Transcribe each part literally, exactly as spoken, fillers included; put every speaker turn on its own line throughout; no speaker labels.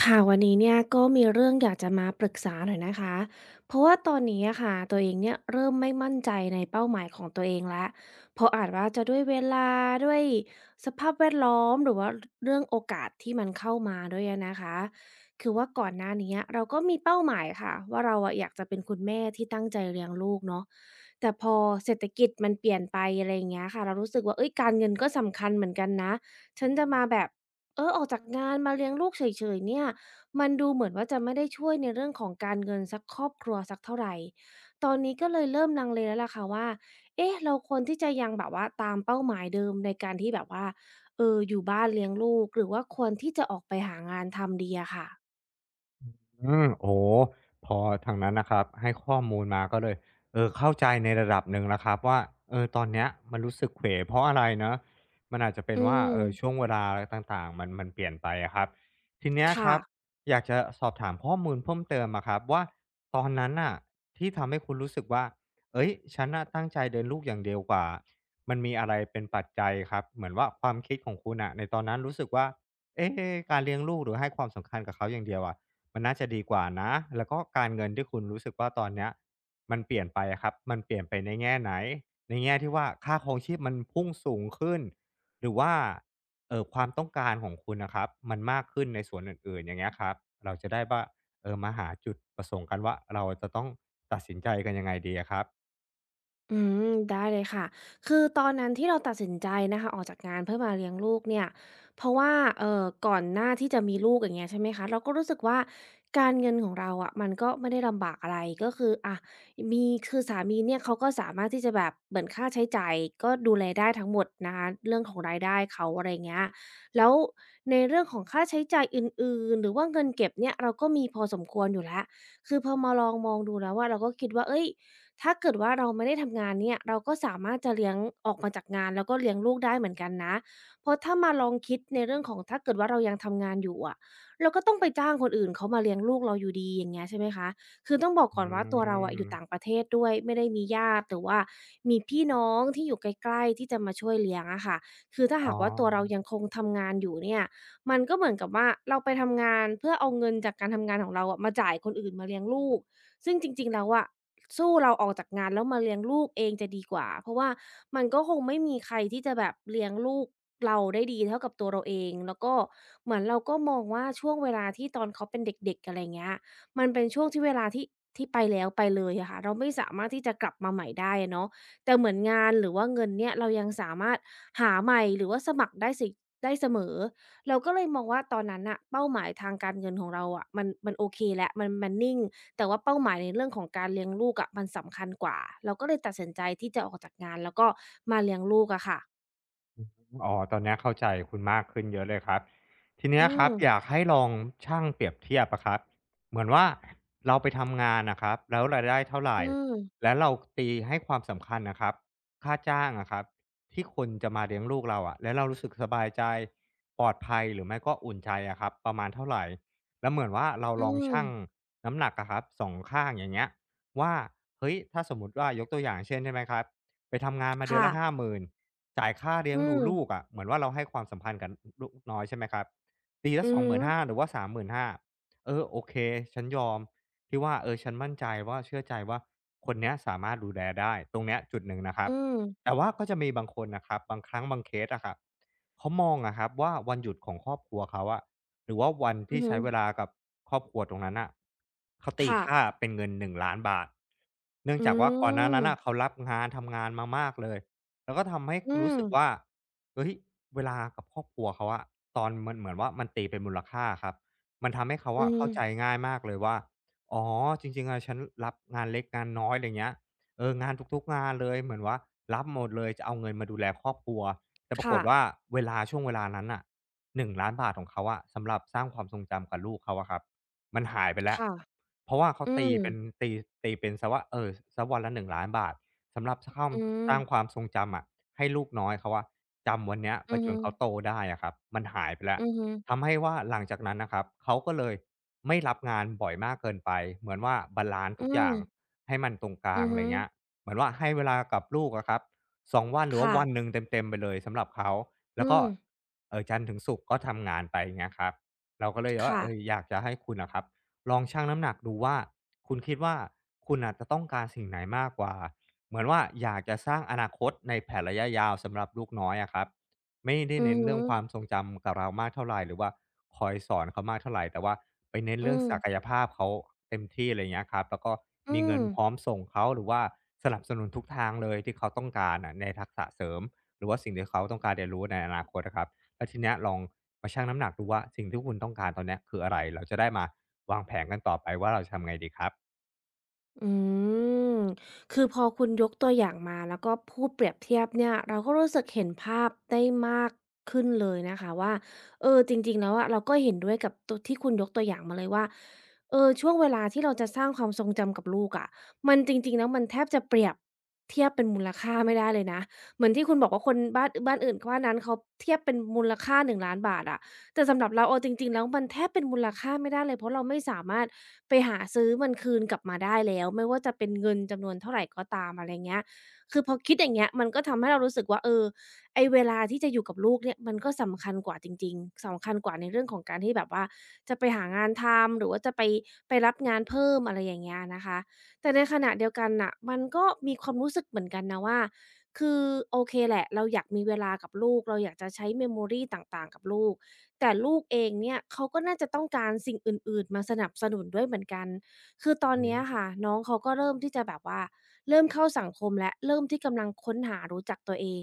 ค่ะวันนี้เนี่ยก็มีเรื่องอยากจะมาปรึกษาหน่อยนะคะเพราะว่าตอนนี้อะค่ะตัวเองเนี่ยเริ่มไม่มั่นใจในเป้าหมายของตัวเองแล้วเพราะอาจว่าจะด้วยเวลาด้วยสภาพแวดล้อมหรือว่าเรื่องโอกาสที่มันเข้ามาด้วยอะนะคะคือว่าก่อนหน้าเนี้ยเราก็มีเป้าหมายค่ะว่าเราอะอยากจะเป็นคุณแม่ที่ตั้งใจเลี้ยงลูกเนาะแต่พอเศรษฐกิจมันเปลี่ยนไปอะไรอย่างเงี้ยค่ะเรารู้สึกว่าเฮ้ยการเงินก็สำคัญเหมือนกันนะฉันจะมาแบบ เออออกจากงานมาเลี้ยงลูกเฉยๆเนี่ยมันดูเหมือนว่าจะไม่ได้ช่วยในเรื่องของการเงินสักครอบครัวสักเท่าไรตอนนี้ก็เลยเริ่มลังเลแล้วล่ะค่ะว่าเอ๊ะเราควรที่จะยังแบบว่าตามเป้าหมายเดิมในการที่แบบว่าเอออยู่บ้านเลี้ยงลูกหรือว่าควรที่จะออกไปหางานทำดีอะค่ะ
อืมโอ้โฮพอทางนั้นนะครับให้ข้อมูลมาก็เลยเออเข้าใจในระดับหนึ่งแล้วครับว่าเออตอนเนี้ยมันรู้สึกเขวเพราะอะไรเนาะมันอาจจะเป็น
อื
ว่า
ม
เอ่อช่วงเวลาต่างๆมันมันเปลี่ยนไปอะครับทีเนี้ยค
ค่ะ
รับอยากจะสอบถามข้อมูลเพิ่มเติมอะครับว่าตอนนั้นน่ะที่ทำให้คุณรู้สึกว่าเฮ้ยฉันน่ะตั้งใจเดินลูกอย่างเดียวกว่ามันมีอะไรเป็นปัจจัยครับเหมือนว่าความคิดของคุณน่ะในตอนนั้นรู้สึกว่าเอ๊การเลี้ยงลูกหรือให้ความสำคัญกับเขาอย่างเดียวอะ มันน่าจะดีกว่านะแล้วก็การเงินที่คุณรู้สึกว่าตอนเนี้ยมันเปลี่ยนไปอะครับ มันเปลี่ยนไปในแง่ไหนในแง่ที่ว่าค่าครองชีพมันพุ่งสูงขึ้นหรือว่าเอ่อความต้องการของคุณน่ะครับมันมากขึ้นในส่วนอื่นๆอย่างเงี้ยครับเราจะได้ว่าเออมาหาจุดประสงค์กันว่าเราจะต้องตัดสินใจกันยังไงดีอะครับ
อืมได้เลยค่ะ คือตอนนั้นที่เราตัดสินใจนะคะออกจากงานเพื่อมาเลี้ยงลูกเนี่ยเพราะว่าเอ่อก่อนหน้าที่จะมีลูกอย่างเงี้ยใช่ไหมคะ เราก็รู้สึกว่าการเงินของเราอะมันก็ไม่ได้ลำบากอะไรก็คืออะมีคือสามีเนี่ยเขาก็สามารถที่จะแบบเหมือนค่าใช้จ่ายก็ดูแลได้ทั้งหมดนะคะเรื่องของรายได้เขาอะไรเงี้ยแล้วในเรื่องของค่าใช้จ่ายอื่นๆหรือว่าเงินเก็บเนี่ยเราก็มีพอสมควรอยู่แล้วคือพอมาลองมองดูแล้วอะเราก็คิดว่าเฮ้ย ถ้าเกิดว่าเราไม่ได้ทำงานเนี่ยเราก็สามารถจะเลี้ยงออกมาจากงานแล้วก็เลี้ยงลูกได้เหมือนกันนะเพราะถ้ามาลองคิดในเรื่องของถ้าเกิดว่าเรายังทำงานอยู่อะเราก็ต้องไปจ้างคนอื่นเขามาเลี้ยงลูกเราอยู่ดีอย่างเงี้ยใช่ไหมคะคือต้องบอก
อื
ก่อนว่าตัวเราอะอยู่ต่างป
ม
ระเทศด้วยไม่ได้มีญาติหรือว่ามีพี่น้องที่อยู่ใกล้ๆที่จะมาช่วยเลี้ยงอะค่ะคือถ้า
อ๋อ
หากว่าตัวเรายังคงทำงานอยู่เนี่ยมันก็เหมือนกับว่าเราไปทำงานเพื่อเอาเงินจากการทำงานของเราอะมาจ่ายคนอื่นมาเลี้ยงลูกซึ่งจริงๆแล้วอะ สู้เราออกจากงานแล้วมาเลี้ยงลูกเองจะดีกว่าเพราะว่ามันก็คงไม่มีใครที่จะแบบเลี้ยงลูกเราได้ดีเท่ากับตัวเราเองแล้วก็เหมือนเราก็มองว่าช่วงเวลาที่ตอนเขาเป็นเด็กๆอะไรเงี้ยมันเป็นช่วงที่เวลาที่ที่ไปแล้วไปเลยอะค่ะเราไม่สามารถที่จะกลับมาใหม่ได้อะเนาะแต่เหมือนงานหรือว่าเงินเนี่ยเรายังสามารถหาใหม่หรือว่าสมัครได้สิได้เสมอเราก็เลยมองว่าตอนนั้นน่ะเป้าหมายทางการเงินของเราอะมันมันโอเคแล้วมันมันนิ่ง แต่ว่าเป้าหมายในเรื่องของการเลี้ยงลูกอะมันสำคัญกว่าเราก็เลยตัดสินใจที่จะออกจากงานแล้วก็มาเลี้ยงลูกอะค่ะ
อ๋อตอนเนี้ยเข้าใจคุณมากขึ้นเยอะเลยครับทีเนี้ย
อื
ครั
ม
บอยากให้ลองชั่งเปรียบเทียบอะครับเหมือนว่าเราไปทำงานนะครับแล้วรายได้เท่าไร
อืม
แล้วเราตีให้ความสำคัญนะครับค่าจ้างอะครับที่คนจะมาเลี้ยงลูกเราอะแล้วเรารู้สึกสบายใจปลอดภัยหรือไม่ก็อุ่นใจอะครับประมาณเท่าไรแล้วเหมือนว่าเรา
อื
ลอง
ม
ชั่งน้ำหนักอะครับสองข้างอย่างเงี้ยว่าเฮ้ยถ้าสมมุติว่ายกตัวอย่างเช่นใช่ไหมครับไปทำงานมาเดือน
ค่ะ
ละหาหมื่น จ่ายค่าเลี้ย
อื
งดู
ม
ลูกอะะเหมือนว่าเราให้ความสัมพันธ์กับลูกน้อยใช่ไหมครับปีละ
อื
2
อ
5
ฮึ
0 0นห้าหรือว่าสามสามพันห้าร้อยาเออโอเคฉันยอมที่ว่าเออฉันมั่นใจว่าเชื่อใจว่าคนเนี้ยสามารถดูแลได้ตรงเนี้ยจุดหนึ่งนะครับ
อืม
แต่ว่าก็จะมีบางคนนะครับบางครั้งบางเคสอะครับเขามองอะครับว่าวันหยุดของครอบครัวเขาอะหรือว่าวัน
อื
ที่
อฮึ
ใช้เวลากับครอบครัวตรงนั้นอะเขาตี
ค่ะ
ค่าเป็นเงินหนึ่งล้านบาทเนื่อง
อื
จากว่าก่อนหน้านั้นอะเขา
ม
รับงานทำงานมามากเลย แล้วก็ทำให้
อื
รู้
ม
สึกว่าเฮ้ยเวลากับครอบครัวเขาอะตอนมันเหมือนว่ามันตีเป็นมูลค่าครับมันทำให้เขา
อือ
อะ
ฮึ
เข้าใจง่ายมากเลยว่าอ๋อจริงๆอะฉันรับงานเล็กงานน้อยไรเงี้ยเอองานทุกๆงานเลยเหมือนว่ารับหมดเลยจะเอาเงินมาดูแลครอบครัวแต่ปราก
ค่ะ
ฏว่าเวลาช่วงเวลานั้นน่ะหนึ่งล้านานบาทของเขาอะสำหรับสร้างความทรงจำกับลูกเขาอะครับมันหายไปแล้ว
ค่ะ
เพราะว่าเขา
อื
ตี
ม
เป็นตีตีเป็นเสียว่าเออเสักวันละหนึ่งล้านบาท สำหรับสร้าง
อืม
สร้างความทรงจำอะให้ลูกน้อยเขาว่าจำวันเนี้ยไป
อือ
จน
ฮึ
เขาโตได้อะครับมันหายไปแล้ว
อือฮึ
ทำให้ว่าหลังจากนั้นนะครับเขาก็เลยไม่รับงานบ่อยมากเกินไปเหมือนว่าบาลานซ์
อื
ทุกอย่า
ม
งให้มันตรงกลาง
อือ
อะไร
ฮึ
เงี้ยเหมือนว่าให้เวลากับลูกอะครับสองวันหรือว่า
ค่ะ
วันหนึ่งเต็มๆไปเลยสำหรับเขา
อื
แล้วก็
ม
เออจันทร์ถึงศุกร์ก็ทำงานไปอย่างเงี้ยครับเราก็เลยว่า
ค่ะ
เอออยากจะให้คุณนะครับลองชั่งน้ำหนักดูว่าคุณคิดว่าคุณอาจจะต้องการสิ่งไหนมากกว่า เหมือนว่าอยากจะสร้างอนาคตในแผนระยะยาวสำหรับลูกน้อยอะครับไม่ได้
อื
เน้
อ
น
ฮึ
เรื่องความทรงจำกับเรามากเท่าไหร่หรือว่าคอยสอนเขามากเท่าไหร่แต่ว่าไปเน้น
อื
เรื่อง
ม
ศักยภาพเขาเต็มที่อะไรเงี้ยครับแล้วก็
อื
มีเงิ
ม
นพร้อมส่งเขาหรือว่าสนับสนุนทุกทางเลยที่เขาต้องการอะในทักษะเสริมหรือว่าสิ่งที่เขาต้องการเรียนรู้ในอนาคตอะครับแล้วทีเนี้ยลองมาชั่งน้ำหนักดูว่าสิ่งที่คุณต้องการตอนเนี้ยคืออะไรเราจะได้มาวางแผนกันต่อไปว่าเราจะทำไงดีครับ
อืมคือพอคุณยกตัวอย่างมาแล้วก็พูดเปรียบเทียบเนี่ยเราก็รู้สึกเห็นภาพได้มากขึ้นเลยนะคะว่าเออจริงๆแล้วอะเราก็เห็นด้วยกับตัวที่คุณยกตัวอย่างมาเลยว่าเออช่วงเวลาที่เราจะสร้างความทรงจำกับลูกอะมันจริงๆแล้วมันแทบจะเปรียบเทียบเป็นมูลค่าไม่ได้เลยนะเหมือนที่คุณบอกว่าคนบ้านบ้านอื่นบ้านนั้นเขาเทียบเป็นมูลค่าหนึ่งล้านบาทอะ แต่สำหรับเราเอาจริงๆแล้วมันแทบเป็นมูลค่าไม่ได้เลยเพราะเราไม่สามารถไปหาซื้อมันคืนกลับมาได้แล้วไม่ว่าจะเป็นเงินจำนวนเท่าไรก็ตามอะไรเงี้ยคือพอคิดอย่างเงี้ยมันก็ทำให้เรารู้สึกว่าเออไอ้เวลาที่จะอยู่กับลูกเนี่ยมันก็สำคัญกว่าจริงๆสำคัญกว่าในเรื่องของการที่แบบว่าจะไปหางานทำหรือว่าจะไปไปรับงานเพิ่มอะไรอย่างเงี้ยนะคะแต่ในขณะเดียวกันน่ะมันก็มีความรู้สึกเหมือนกันนะว่าคือโอเคแหละเราอยากมีเวลากับลูกเราอยากจะใช้ memory ต่างๆกับลูก แต่ลูกเองเนี่ยเขาก็น่าจะต้องการสิ่งอื่นๆมาสนับสนุนด้วยเหมือนกันคือตอน
อือ
เนี้
ฮึ
ยค่ะน้องเขาก็เริ่มที่จะแบบว่าเริ่มเข้าสังคมแล้วเริ่มที่กำลังค้นหารู้จักตัวเอง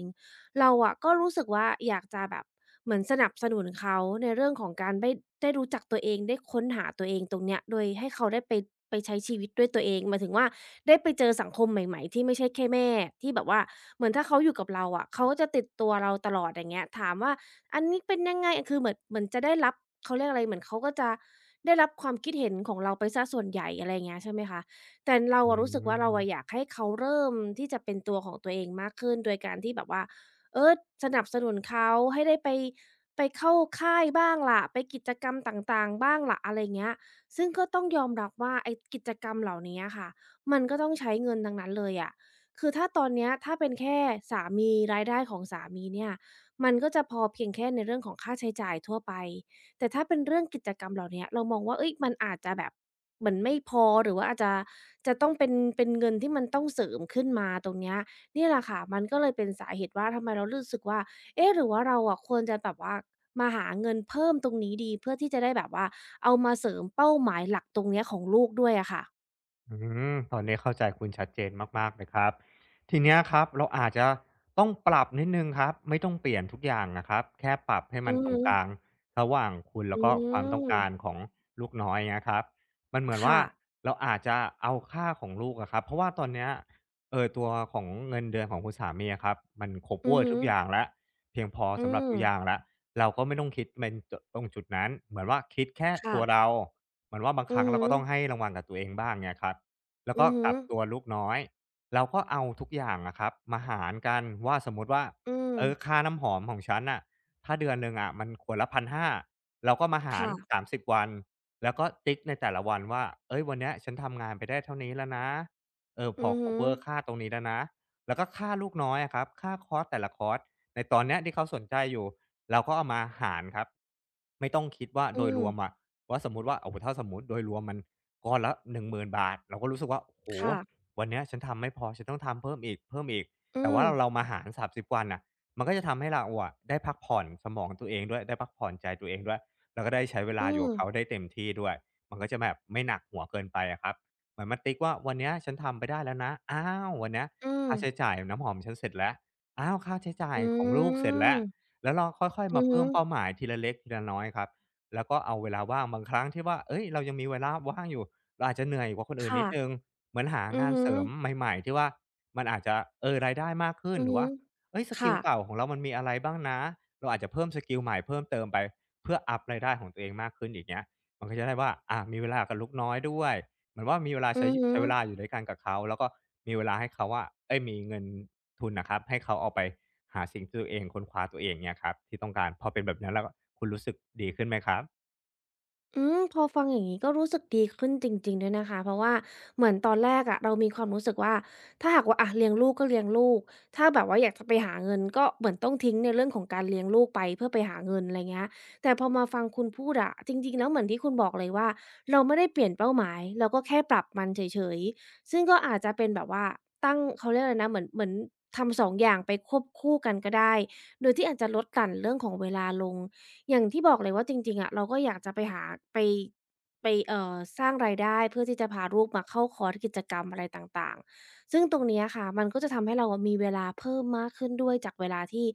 เราอะก็รู้สึกว่าอยากจะแบบเหมือนสนับสนุนเขาในเรื่องของการได้ได้รู้จักตัวเองได้ค้นหาตัวเองตรงเนี้ยโดยให้เขาได้ไปไปใช้ชีวิตด้วยตัวเองหมายถึงว่าได้ไปเจอสังคมใหม่ๆที่ไม่ใช่แค่แม่ที่แบบว่าเหมือนถ้าเขาอยู่กับเราอะเขาก็จะติดตัวเราตลอดอย่างเงี้ยถามว่า อันนี้เป็นยังไงคือเหมือนเหมือนจะได้รับเขาเรียกอะไร เหมือนเขาก็จะได้รับความคิดเห็นของเราไปเสียส่วนใหญ่อะไรอย่างเงี้ยใช่ไหมคะแต่เรา
อื
อะรู้สึกว่าเรา
ม
อะอยากให้เขาเริ่มที่จะเป็นตัวของตัวเองมากขึ้นโดยการที่แบบว่าเออสนับสนุนเขาให้ได้ไปไปเข้าค่ายบ้างล่ะไปกิจกรรมต่างๆบ้างล่ะอะไรอย่างเงี้ยซึ่งก็ต้องยอมรับว่าไอ้กิจกรรมเหล่านี้อะค่ะมันก็ต้องใช้เงินทั้งนั้นเลยอะคือถ้าตอนเนี้ยถ้าเป็นแค่สามีรายได้ของสามีเนี่ย มันก็จะพอเพียงแค่ในเรื่องของค่าใช้จ่ายทั่วไป แต่ถ้าเป็นเรื่องกิจกรรมเหล่าเนี้ยเรามองว่าเฮ้ยมันอาจจะแบบเหมือนไม่พอหรือว่าอาจจะจะต้องเป็นเป็นเงินที่มันต้องเสริมขึ้นมาตรงเนี้ยนี่แหละค่ะมันก็เลยเป็นสาเหตุว่าทำไมเรารู้สึกว่าเอ๊ะหรือว่าเราอะควรจะแบบว่ามาหาเงินเพิ่มตรงนี้ดีเพื่อที่จะได้แบบว่าเอามาเสริมเป้าหมายหลักตรงเนี้ยของลูกด้วยอะค่ะ
อืมตอนนี้เข้าใจคุณชัดเจนมากๆเลยครับทีเนี้ยครับเราอาจจะต้องปรับนิดนึงครับไม่ต้องเปลี่ยนทุกอย่างนะครับแค่ปรับให้
อื
มัน
อ
ตร
ฮึ
งกลางระหว่างคุณแล้
อื
วก็ความต้องการ
ม
ของลูกน้อยเงี้ยครับมันเหมือนว่า
ค่ะ
เราอาจจะเอาค่าของลูกอะครับเพราะว่าตอนเนี้ยเออตัวของเงินเดือนของคุณสามีอะครับมันครบเว
อือ
อร์
ฮึ
ทุกอย่างแล้วเพียงพอ
อื
สำหรับ
ม
ทุกอย่างแล้วเราก็ไม่ต้องคิดเป็นตรงจุดนั้นเหมือนว่าคิดแค่
ค่ะ
ตัวเรา เหมือนว่าบางค
อื
รั้
อ
งเรา
ฮึ
ก็ต้องให้รางวัลกับตัวเองบ้างเนี่ยครับแล้ว
อื
ก็
อฮึ
กับตัวลูกน้อยเราก็เอาทุกอย่างอะครับมาหารกันว่าสมมุติว่า
อืม
เออค่าน้ำหอมของฉันน่ะถ้าเดือนหนึ่งอะมันขวดละพันห้าเราก็มาหาร
ค่ะ
สามสิบวันแล้วก็ติ๊กในแต่ละวันว่าเฮ้ยวันเนี้ยฉันทำงานไปได้เท่านี้แล้วนะเออพอ
อือ
คั
ฮึ
ฟเวอร์ค่าตรงนี้แล้วนะแล้วก็ค่าลูกน้อยอะครับค่าคอร์สแต่ละคอร์สในตอนเนี้ยที่เขาสนใจอยู่เราก็เอามาหารครับไม่ต้องคิดว่า
อื
โดย
ม
รวมอะ ว่าสมมุติว่าโอ้โฮถ้าสมมุติโดยรวมมันก้อนละหนึ่งหมื1นบาทเราก็รู้สึกว่าโอ้โฮ
ค่ะ
วันเนี้ยฉันทำไม่พอฉันต้องทำเพิ่มอีกเพิ่มอีก
อื
แต่
ม
ว่าเรามาหารสามสิบวันน่ะมันก็จะทำให้เราอะได้พักผ่อนสมองตัวเองด้วยได้พักผ่อนใจตัวเองด้วยแล้วก็ได้ใช้เว
อื
ลาอยู่
ม
กับเขาได้เต็มที่ด้วยมันก็จะแบบไม่หนักหัวเกินไปอะครับเหมือนมันติ๊กว่าวันเนี้ยฉันทำไปได้แล้วนะอ้าววันเนี้ย
อืม
ค่าใช้จ่ายน้ำหอมฉันเสร็จแล้วอ้าวค่าใช้จ่าย
อื
ของลูกเสร็จแล้ว
ม
แล้วเราค่อยๆ
อื
มา
อฮึ
เพิ่มเป้าหมายทีละเล็กทีละน้อยครับ แล้วก็เอาเวลาว่างบางครั้งที่ว่า เอ้ยเรายังมีเวลาว่างอยู่เราอาจจะเหนื่อยกว่าคนอื่นนิดหนึ่ง
ค่ะ
เหมือนหา
อือ
งาน
ฮึ
เสริมใหม่ๆที่ว่ามันอาจจะเออรายได้มากขึ้น
อื
ห
อ
รือ
ฮึ
ว่าเฮ้ยสกิล
ค่ะ
เก่าของเรามันมีอะไรบ้างนะเราอาจจะเพิ่มสกิลใหม่เพิ่มเติมไปเพื่ออัปรายได้ของตัวเองมากขึ้นอย่างเงี้ยมันก็จะได้ว่าอามีเวลากับลูกน้อยด้วย เหมือนว่ามีเวลา
อื
ใช้
อฮึ
ใช้เวลาอยู่ด้วยกันกับเขาแล้วก็มีเวลาให้เขาว่าเอ้ยมีเงินทุนน่ะครับให้เขาเอาไปหาสิ่งที่ตัวเองค้นคว้าตัวเองเงี้ยครับที่ต้องการพอเป็นแบบนั้นแล้วคุณรู้สึกดีขึ้นไหมครับ
อืมพอฟังอย่างนี้ก็รู้สึกดีขึ้นจริงๆด้วยนะคะเพราะว่าเหมือนตอนแรกอะเรามีความรู้สึกว่าถ้าหากว่าอะเลี้ยงลูกก็เลี้ยงลูกถ้าแบบว่าอยากจะไปหาเงินก็เหมือนต้องทิ้งในเรื่องของการเลี้ยงลูกไปเพื่อไปหาเงินอะไรเงี้ยแต่พอมาฟังคุณพูดอะจริงๆแล้วเหมือนที่คุณบอกเลยว่าเราไม่ได้เปลี่ยนเป้าหมายเราก็แค่ปรับมันเฉยๆซึ่งก็อาจจะเป็นแบบว่าตั้งเขาเรียกอะไรนะเหมือนเหมือนทำสององอย่างไปควบคู่กันก็ได้โดยที่อาจจะลดหลั่นเรื่องของเวลาลง อย่างที่บอกเลยว่าจริงๆอะเราก็อยากจะไปหาไปไปเอ่อสร้างรายได้เพื่อที่จะพาลูกมาเข้าคอร์สกิจกรรมอะไรต่างๆซึ่งตรงเนี้ยค่ะมันก็จะทำให้เราอะมีเวลาเพิ่มมากขึ้นด้วยจากเวลาที่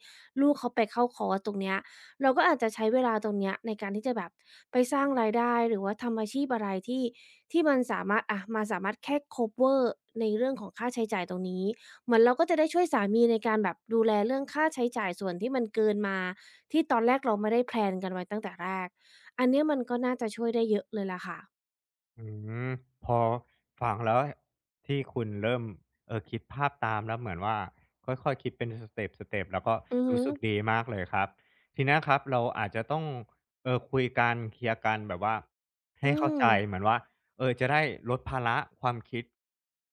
ลูกเขาไปเข้าคอร์สตรงเนี้ยเราก็อาจจะใช้เวลาตรงเนี้ยในการที่จะแบบไปสร้างรายได้หรือว่าทำอาชีพอะไรที่ที่มันสามารถอะมาสามารถแค่คัฟเวอร์ในเรื่องของค่าใช้จ่ายตรงนี้เหมือนเราก็จะได้ช่วยสามีในการแบบดูแลเรื่องค่าใช้จ่ายส่วนที่มันเกินมา ที่ตอนแรกเราไม่ได้แพลนกันไว้ตั้งแต่แรก อันเนี้ยมันก็น่าจะช่วยได้เยอะเลยล่ะค่ะ
อืมพอฟังแล้วที่คุณเริ่มเออคิดภาพตามแล้วเหมือนว่าค่อยๆคิดเป็นสเต็ปสเต็ปแล้วก็
อือฮึ
รู้สึกดีมากเลยครับทีเนี้ยครับเราอาจจะต้องเอ่อคุยกันเคลียร์กันแบบว่าให้
อื
เข้า
ม
ใจเหมือนว่าเออจะได้ลดภาระความคิด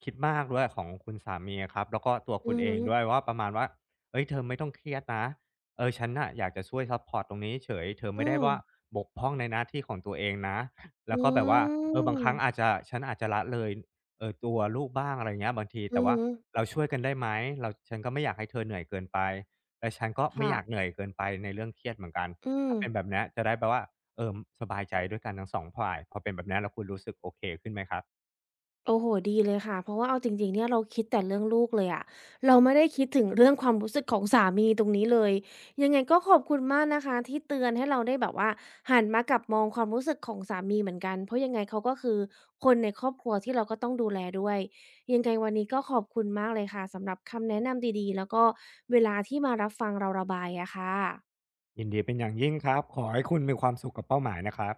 คิดมากด้วยของคุณสามีอะครับแล้วก็ตัว
อื
คุณ
อ
เอ
ฮึ
งด้วยว่าประมาณว่าเฮ้ยเธอไม่ต้องเครียดนะเออฉันน่ะอยากจะช่วยซัปพอร์ตตรงนี้เฉยเธอไม่
อื
ได้
ม
ว่าบกพร่องในหน้าที่ของตัวเองนะ แล้ว
อื
ก็แบบว่าเออบางค
ม
รั้งอาจจะฉันอาจจะละเลยเอ่อตัวลูกบ้างอะไรเงี้ยบางทีแต่
อื
ว่า
อึ
เราช่วยกันได้ไหมเราฉันก็ไม่อยากให้เธอเหนื่อยเกินไปและฉันก็ไม่
ค่ะ
อยากเหนื่อยเกินไปในเรื่องเครียดเหมือนกัน
อืม
ถ้าเป็นแบบเนี้ยจะได้แบบว่าเอ่อสบายใจด้วยกันทั้งสองฝ่ายพอเป็นแบบเนี้ยแล้วคุณรู้สึกโอเคขึ้นไหมครับ
โอ้โฮดีเลยค่ะเพราะว่าเอาจริงๆเนี่ยเราคิดแต่เรื่องลูกเลยอะเราไม่ได้คิดถึงเรื่องความรู้สึกของสามีตรงนี้เลยยังไงก็ขอบคุณมากนะคะที่เตือนให้เราได้แบบว่าหันมากลับมองความรู้สึกของสามีเหมือนกันเพราะยังไงเขาก็คือคนในครอบครัวที่เราก็ต้องดูแลด้วยยังไงวันนี้ก็ขอบคุณมากเลยค่ะสำหรับคำแนะนำดีๆแล้วก็เวลาที่มารับฟังเราระบายอะค่ะ
ยินดีเป็นอย่างยิ่งครับขอให้คุณมีความสุขกับเป้าหมายนะครับ